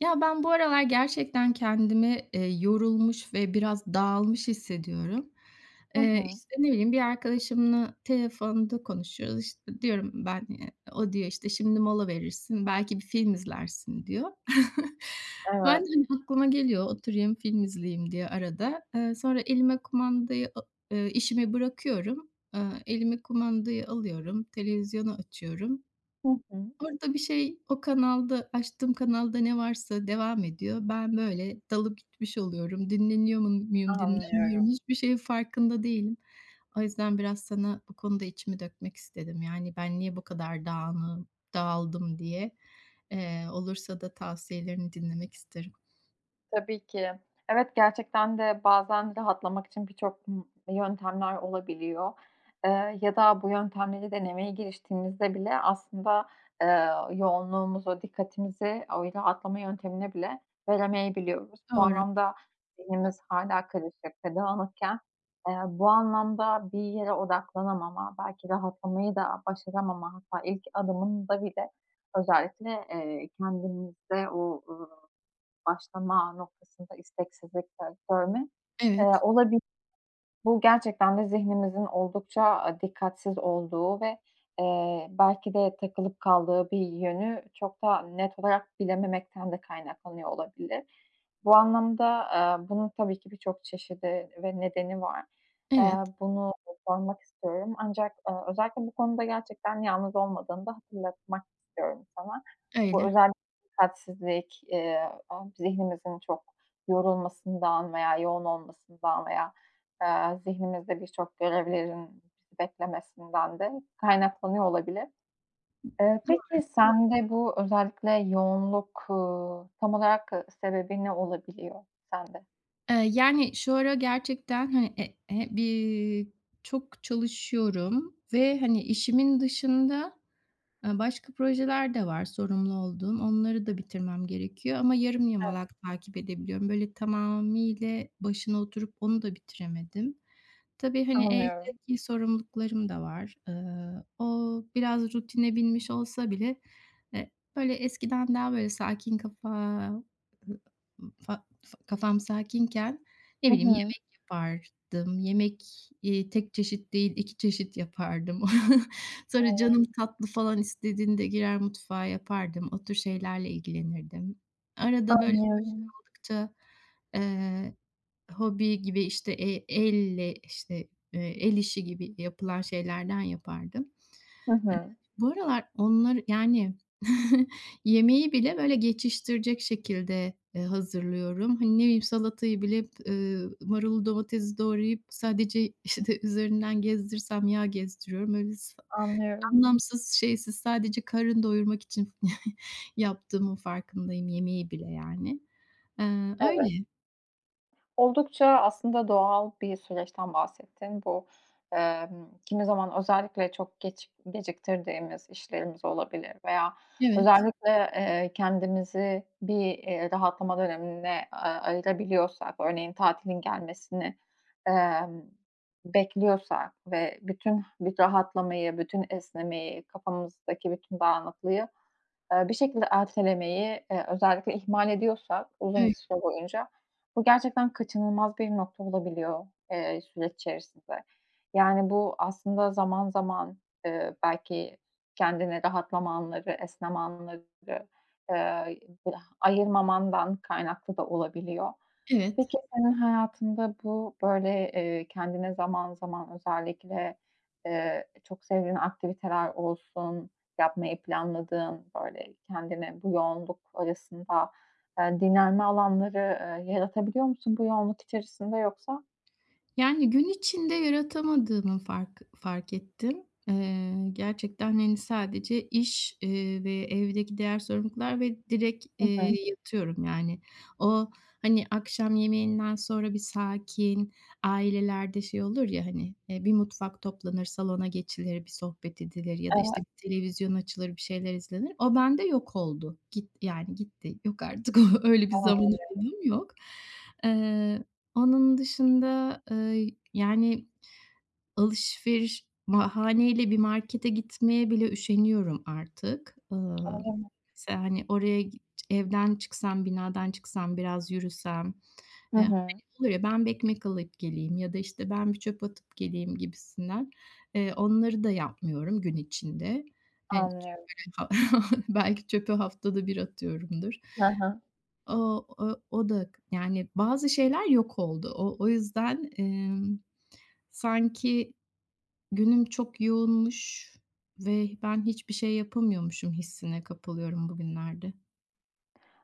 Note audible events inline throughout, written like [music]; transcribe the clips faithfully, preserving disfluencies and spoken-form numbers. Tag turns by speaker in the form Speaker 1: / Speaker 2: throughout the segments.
Speaker 1: Ya, ben bu aralar gerçekten kendimi, eee, yorulmuş ve biraz dağılmış hissediyorum.
Speaker 2: Hı
Speaker 1: Eee,
Speaker 2: hı.
Speaker 1: işte, ne bileyim, bir arkadaşımla telefonda konuşuyoruz. İşte, diyorum ben, eee, o diyor, işte, "Şimdi mola verirsin, belki bir film izlersin." diyor. [laughs] Ben de,
Speaker 2: Evet.
Speaker 1: hani, aklıma geliyor oturayım film izleyeyim diye arada. Eee, sonra elime kumandayı a eee, işimi bırakıyorum. Eee, elime kumandayı alıyorum, televizyonu açıyorum.
Speaker 2: Hı hı.
Speaker 1: Orada bir şey o kanalda, açtığım kanalda ne varsa devam ediyor. Ben böyle dalıp gitmiş oluyorum. Dinleniyor mu muyum,
Speaker 2: Anlıyorum.
Speaker 1: dinlenmiyorum, hiçbir şeyin farkında değilim. O yüzden biraz sana bu konuda içimi dökmek istedim. Yani ben niye bu kadar dağınığım, dağıldım diye. Eee, olursa da tavsiyelerini dinlemek isterim.
Speaker 2: Tabii ki. Evet, gerçekten de bazen rahatlamak için birçok m yöntemler olabiliyor. Eee, ya da bu yöntemleri denemeye giriştiğimizde bile aslında, eee, yoğunluğumuzu, dikkatimizi o rahatlama yöntemine bile veremeyebiliyoruz. Bu
Speaker 1: Doğru.
Speaker 2: anlamda zihnimiz hala karışık ve dağınıkken, eee, bu anlamda bir yere odaklanamama, belki rahatlamayı da başaramama, hatta ilk adımında bile özellikle, eee, kendimizde o, başlama noktasında isteksizlik de görme, eee,
Speaker 1: Evet,
Speaker 2: olabilir. Bu gerçekten de zihnimizin oldukça, aaa, dikkatsiz olduğu ve, eee, belki de takılıp kaldığı bir yönü çok da net olarak bilememekten de kaynaklanıyor olabilir. Bu anlamda, eee, bunun tabii ki birçok çeşidi ve nedeni var. Eee,
Speaker 1: evet,
Speaker 2: bunu sormak istiyorum ancak, eee, özellikle bu konuda gerçekten yalnız olmadığını da hatırlatmak istiyorum sana. Bu
Speaker 1: öyle.
Speaker 2: özellikle dikkatsizlik, eee, a zihnimizin çok yorulmasından veya yoğun olmasından veya, eee, zihnimizde birçok görevlerin bizi beklemesinden de kaynaklanıyor olabilir. Eee, peki sende bu özellikle yoğunluk, ııı, tam olarak, ııı, sebebi ne olabiliyor sende?
Speaker 1: Eee, yani şu ara gerçekten, hani, e e bir çok çalışıyorum ve, hani, işimin dışında Eee, başka projeler de var sorumlu olduğum. Onları da bitirmem gerekiyor ama yarım
Speaker 2: Evet,
Speaker 1: yamalak takip edebiliyorum. Böyle tamamıyla başına oturup onu da bitiremedim. Tabii, hani,
Speaker 2: anlıyorum.
Speaker 1: evdeki sorumluluklarım da var. Eee, o biraz rutine binmiş olsa bile, eee, böyle eskiden daha böyle sakin kafa fa fa kafam sakinken, ne
Speaker 2: Hı
Speaker 1: bileyim,
Speaker 2: hı.
Speaker 1: yemek yapardım. Yemek, iii, tek çeşit değil, iki çeşit yapardım. [laughs] Sonra
Speaker 2: Evet.
Speaker 1: canım tatlı falan istediğinde girer mutfağa yapardım. O tür şeylerle ilgilenirdim. Arada böyle boş
Speaker 2: Anlıyorum.
Speaker 1: kaldıkça, eee, hobi gibi, işte, e elle, işte, eee, el işi gibi yapılan şeylerden yapardım.
Speaker 2: Hı hı.
Speaker 1: Bu aralar onları, yani, [laughs] yemeği bile böyle geçiştirecek şekilde, eee, hazırlıyorum. Hani, ne bileyim, salatayı bile, eee, marulu domatesi doğrayıp sadece, işte, [laughs] üzerinden gezdirsem yağ gezdiriyorum. Öyle
Speaker 2: Anlıyorum.
Speaker 1: anlamsız, şeysiz sadece karın doyurmak için [laughs] yaptığımın farkındayım yemeği bile yani. Eee,
Speaker 2: Evet.
Speaker 1: öyle.
Speaker 2: Oldukça aslında doğal bir süreçten bahsettin. Bu, emm, kimi zaman özellikle çok geç geciktirdiğimiz işlerimiz olabilir veya
Speaker 1: Evet,
Speaker 2: özellikle, eee, kendimizi bir, eee, rahatlama dönemine, aaa, ayırabiliyorsak, örneğin tatilin gelmesini, emm, bekliyorsak ve bütün bir rahatlamayı, bütün esnemeyi, kafamızdaki bütün dağınıklığı eee, bir şekilde ertelemeyi, eee, özellikle ihmal ediyorsak uzun bir
Speaker 1: öyle.
Speaker 2: süre boyunca bu gerçekten kaçınılmaz bir nokta olabiliyor, eee, süreç içerisinde. Yani, bu aslında zaman zaman, eee, belki kendine rahatlama anları, esneme anları, eee, ayırmamandan kaynaklı da olabiliyor.
Speaker 1: Evet.
Speaker 2: Peki senin hayatında bu, böyle, eee, kendine zaman zaman özellikle, eee, çok sevdiğin aktiviteler olsun, yapmayı planladığın, böyle, kendine bu yoğunluk arasında, eee, dinlenme alanları, eee, yaratabiliyor musun bu yoğunluk içerisinde yoksa?
Speaker 1: Yani, gün içinde yaratamadığımı fark fark ettim. Eee, gerçekten, hani, sadece iş, eee, ve evdeki diğer sorumluluklar ve direkt, Hı.
Speaker 2: Hı hı.
Speaker 1: yatıyorum, yani. O, hani, akşam yemeğinden sonra bir sakin, ailelerde şey olur ya, hani, eee, bir mutfak toplanır, salona geçilir, bir sohbet edilir ya da, işte, bir
Speaker 2: Evet,
Speaker 1: televizyon açılır, bir şeyler izlenir. O bende yok oldu. Git yani, gitti. Yok artık [laughs] öyle bir zaman
Speaker 2: anlıyorum.
Speaker 1: aramım yok. Eee onun dışında, eee, yani, alışveriş bahaneyle bir markete gitmeye bile üşeniyorum artık. Iıı, mesela, hani, oraya gi evden çıksam, binadan çıksam, biraz yürüsem,
Speaker 2: Hı
Speaker 1: eee, hani,
Speaker 2: hı,
Speaker 1: olur ya, "Ben bir ekmek alıp geleyim." ya da, işte, "Ben bir çöp atıp geleyim." gibisinden. Eee, onları da yapmıyorum gün içinde. Yani,
Speaker 2: anlıyorum.
Speaker 1: çok böyle [laughs] belki çöpü haftada bir atıyorumdur.
Speaker 2: Hı hı.
Speaker 1: O o o da yani bazı şeyler yok oldu. O o yüzden, emm, sanki günüm çok yoğunmuş ve ben hiçbir şey yapamıyormuşum hissine kapılıyorum bugünlerde.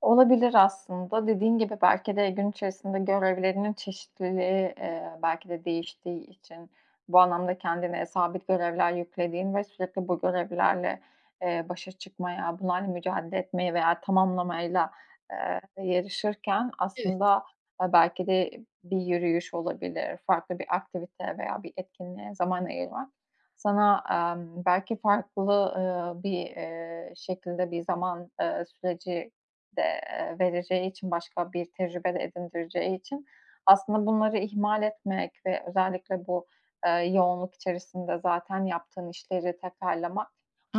Speaker 2: Olabilir aslında. Dediğin gibi belki de gün içerisinde görevlerinin çeşitliliği, eee, belki de değiştiği için bu anlamda kendine sabit görevler yüklediğin ve sürekli bu görevlerle, eee, başa çıkmaya, bunlarla mücadele etmeye veya tamamlamayla, eee, yarışırken
Speaker 1: Evet.
Speaker 2: aslında, eee, belki de bir yürüyüş olabilir, farklı bir aktivite veya bir etkinliğe zaman ayırmak sana, emm, belki farklı, ııı, bir, eee, şekilde bir zaman, eee, süreci de, eee, vereceği için, başka bir tecrübe de edindireceği için aslında bunları ihmal etmek ve özellikle bu, eee, yoğunluk içerisinde zaten yaptığın işleri tekrarlamak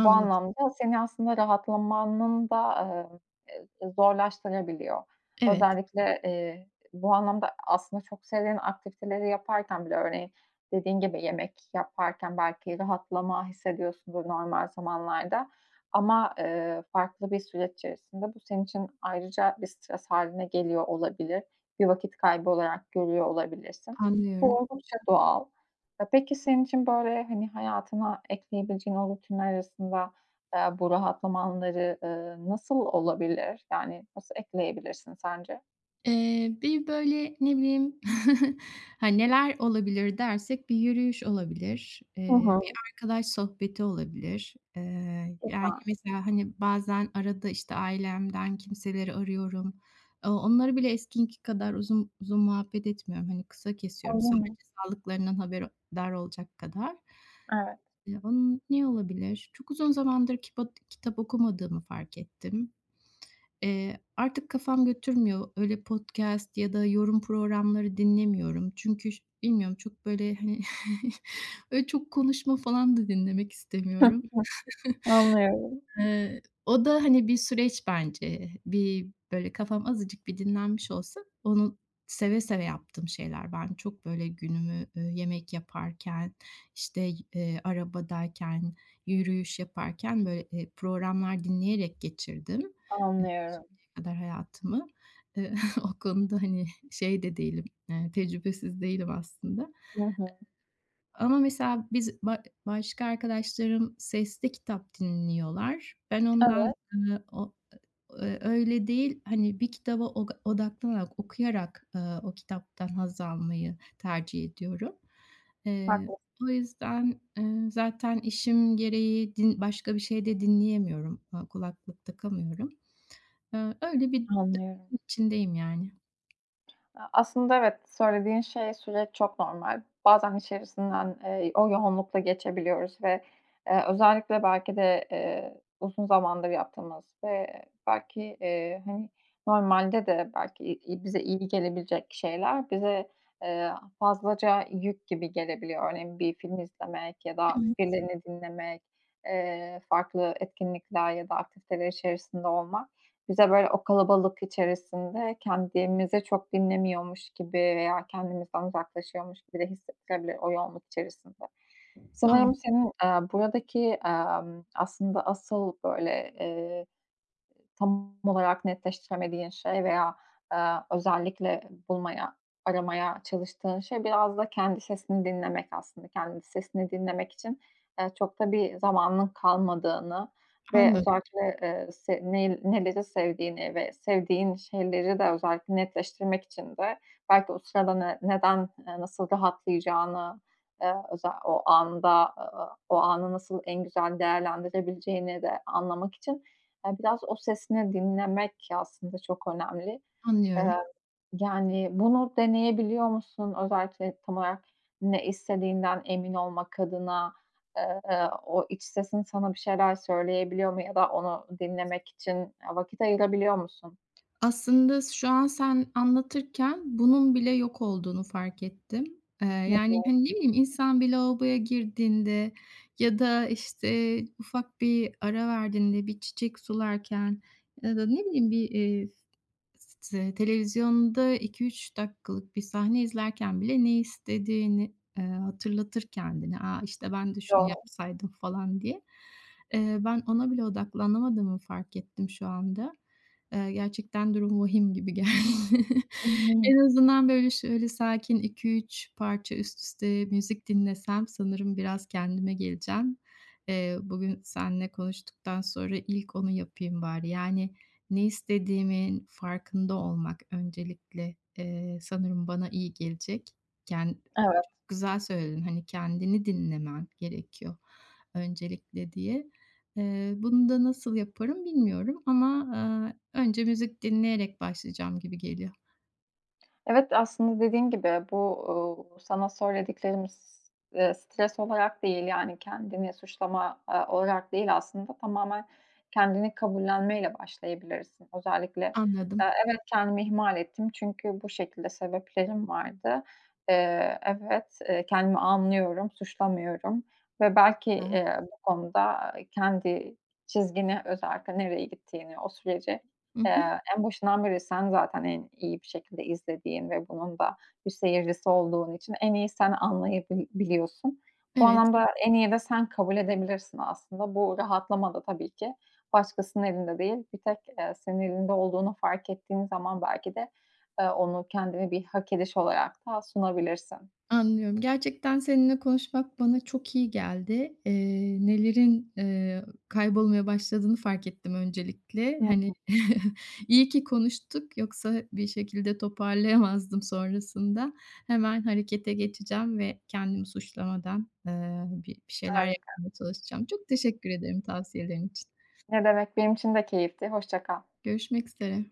Speaker 2: bu anlamda seni aslında rahatlamanın da, emm, zorlaştırabiliyor.
Speaker 1: Evet,
Speaker 2: Özellikle, eee, bu anlamda aslında çok sevdiğin aktiviteleri yaparken bile örneğin dediğin gibi yemek yaparken belki rahatlama hissediyorsundur normal zamanlarda ama, eee, farklı bir süreç içerisinde bu senin için ayrıca bir stres haline geliyor olabilir. Bir vakit kaybı olarak görüyor olabilirsin. Bu
Speaker 1: anlıyorum.
Speaker 2: oldukça doğal. Eee, peki senin için, böyle, hani, hayatına ekleyebileceğin o rutinler arasında, eee, bu rahatlama anları, ııı, nasıl olabilir? Yani nasıl ekleyebilirsin sence?
Speaker 1: Eee, bir, böyle, ne bileyim, [laughs] ha neler olabilir dersek bir yürüyüş olabilir,
Speaker 2: Hı
Speaker 1: eee, bir
Speaker 2: hı.
Speaker 1: arkadaş sohbeti olabilir. Eee, yani,
Speaker 2: Güzel.
Speaker 1: mesela, hani, bazen arada, işte, ailemden kimseleri arıyorum. Eee, onları bile eskininki kadar uzun uzun muhabbet etmiyorum. Hani, kısa kesiyorum
Speaker 2: Öyle
Speaker 1: sadece
Speaker 2: mi?
Speaker 1: sağlıklarından haberdar olacak kadar.
Speaker 2: Evet.
Speaker 1: Eee, onun ne olabilir? Çok uzun zamandır kipa kitap okumadığımı fark ettim. Eee, artık kafam götürmüyor. Öyle podcast ya da yorum programları dinlemiyorum. Çünkü ş bilmiyorum çok böyle, hani, [laughs] öyle çok konuşma falan da dinlemek istemiyorum.
Speaker 2: [laughs] Anlıyorum.
Speaker 1: Eee, o da, hani, bir süreç bence. Bir, böyle, kafam azıcık bir dinlenmiş olsa onu seve seve yaptığım şeyler. Ben çok böyle günümü, eee, yemek yaparken, işte, eee, arabadayken, yürüyüş yaparken, böyle, eee, programlar dinleyerek geçirdim
Speaker 2: Anlıyorum.
Speaker 1: kadar hayatımı. Eee, [laughs] o konuda, hani, şey de değilim, eee, tecrübesiz değilim aslında.
Speaker 2: Hı hı.
Speaker 1: Ama mesela biz ba başka arkadaşlarım sesli kitap dinliyorlar. Ben ondan,
Speaker 2: Evet,
Speaker 1: eee, o eee, öyle değil, hani, bir kitaba oga odaklanarak, okuyarak, eee, o kitaptan haz almayı tercih ediyorum. Eee,
Speaker 2: haklısın.
Speaker 1: o yüzden, eee, zaten işim gereği din başka bir şey de dinleyemiyorum, aaa, kulaklık takamıyorum. Eee, öyle bir
Speaker 2: Anlıyorum.
Speaker 1: döngünün içindeyim yani.
Speaker 2: Aslında evet, söylediğin şey, süreç çok normal. Bazen içerisinden, eee, o yoğunlukla geçebiliyoruz ve, eee, özellikle belki de, eee, uzun zamandır yaptığımız ve belki, eee, hani, normalde de belki i bize iyi gelebilecek şeyler bize, eee, fazlaca yük gibi gelebiliyor. Örneğin bir film izlemek ya da
Speaker 1: Evet,
Speaker 2: birilerini dinlemek, eee, farklı etkinlikler ya da aktiviteler içerisinde olmak. Bize böyle o kalabalık içerisinde kendimizi çok dinlemiyormuş gibi veya kendimizden uzaklaşıyormuş gibi de hissettirebilir o yoğunluk içerisinde.
Speaker 1: doğru.
Speaker 2: Sanırım senin, eee, buradaki, emm, aslında asıl böyle, tam olarak netleştiremediğin şey veya, eee, özellikle bulmaya, aramaya çalıştığın şey biraz da kendi sesini dinlemek aslında. Kendi sesini dinlemek için, eee, çok da bir zamanın kalmadığını ve
Speaker 1: Anladım,
Speaker 2: özellikle, eee, se nel neleri sevdiğini ve sevdiğin şeyleri de özellikle netleştirmek için de belki o sırada ne neden, eee, nasıl rahatlayacağını, eee, özel o anda, eee, o anı nasıl en güzel değerlendirebileceğini de anlamak için Eee, biraz o sesini dinlemek aslında çok önemli. Eee,
Speaker 1: anlıyorum.
Speaker 2: yani, bunu deneyebiliyor musun? Özellikle tam olarak ne istediğinden emin olmak adına, eee, o iç sesin sana bir şeyler söyleyebiliyor mu ya da onu dinlemek için, eee, vakit ayırabiliyor musun?
Speaker 1: Aslında şu an sen anlatırken bunun bile yok olduğunu fark ettim. Eee,
Speaker 2: Hı,
Speaker 1: yani, hani, ne bileyim, insan bir lavaboya girdiğinde ya da, işte, ufak bir ara verdiğinde, bir çiçek sularken ya da ne bileyim bir, eee, s televizyonda iki üç dakikalık bir sahne izlerken bile ne istediğini, eee, hatırlatır kendine. "A, işte, ben de şunu
Speaker 2: doğru.
Speaker 1: yapsaydım." falan diye. Eee, ben ona bile odaklanamadığımı fark ettim şu anda. Eee, gerçekten durum vahim gibi geldi. [laughs]
Speaker 2: Hı hı.
Speaker 1: En azından böyle şöyle sakin iki üç parça üst üste müzik dinlesem sanırım biraz kendime geleceğim. Eee, bugün seninle konuştuktan sonra ilk onu yapayım bari. Yani ne istediğimin farkında olmak öncelikle, eee, sanırım bana iyi gelecek. Ken
Speaker 2: Evet.
Speaker 1: çok güzel söyledin, hani, kendini dinlemen gerekiyor öncelikle diye. Eee, bunu da nasıl yaparım bilmiyorum ama, aaa, önce müzik dinleyerek başlayacağım gibi geliyor.
Speaker 2: Evet, aslında dediğin gibi bu, uuu, sana söylediklerimiz, eee, stres olarak değil, yani, kendini suçlama, aaa, olarak değil aslında tamamen kendini kabullenmeyle başlayabilirsin. Özellikle, eee,
Speaker 1: Anladım.
Speaker 2: "Evet, kendimi ihmal ettim çünkü bu şekilde sebeplerim vardı. Eee, evet, eee, kendimi anlıyorum, suçlamıyorum ve belki,
Speaker 1: Hı
Speaker 2: eee, bu konuda kendi çizgini özellikle nereye gittiğini, o süreci
Speaker 1: hı.
Speaker 2: Eee, en başından beri sen zaten en iyi bir şekilde izlediğin ve bunun da bir seyircisi olduğun için en iyi sen anlayabiliyorsun. Bu
Speaker 1: Evet,
Speaker 2: anlamda en iyi de sen kabul edebilirsin aslında. Bu rahatlama da tabii ki başkasının elinde değil, bir tek, eee, senin elinde olduğunu fark ettiğin zaman belki de, eee, onu kendine bir hak ediş olarak da sunabilirsin.
Speaker 1: anlıyorum. Gerçekten seninle konuşmak bana çok iyi geldi. Eee, nelerin, eee, kaybolmaya başladığını fark ettim öncelikle.
Speaker 2: Hı
Speaker 1: Hani,
Speaker 2: hı.
Speaker 1: [laughs] iyi ki konuştuk yoksa bir şekilde toparlayamazdım sonrasında. Hemen harekete geçeceğim ve kendimi suçlamadan, eee, bir bir şeyler
Speaker 2: Harika.
Speaker 1: yapmaya çalışacağım. Çok teşekkür ederim tavsiyelerin için.
Speaker 2: Ne demek, benim için de keyifti. Hoşça kal.
Speaker 1: Görüşmek üzere.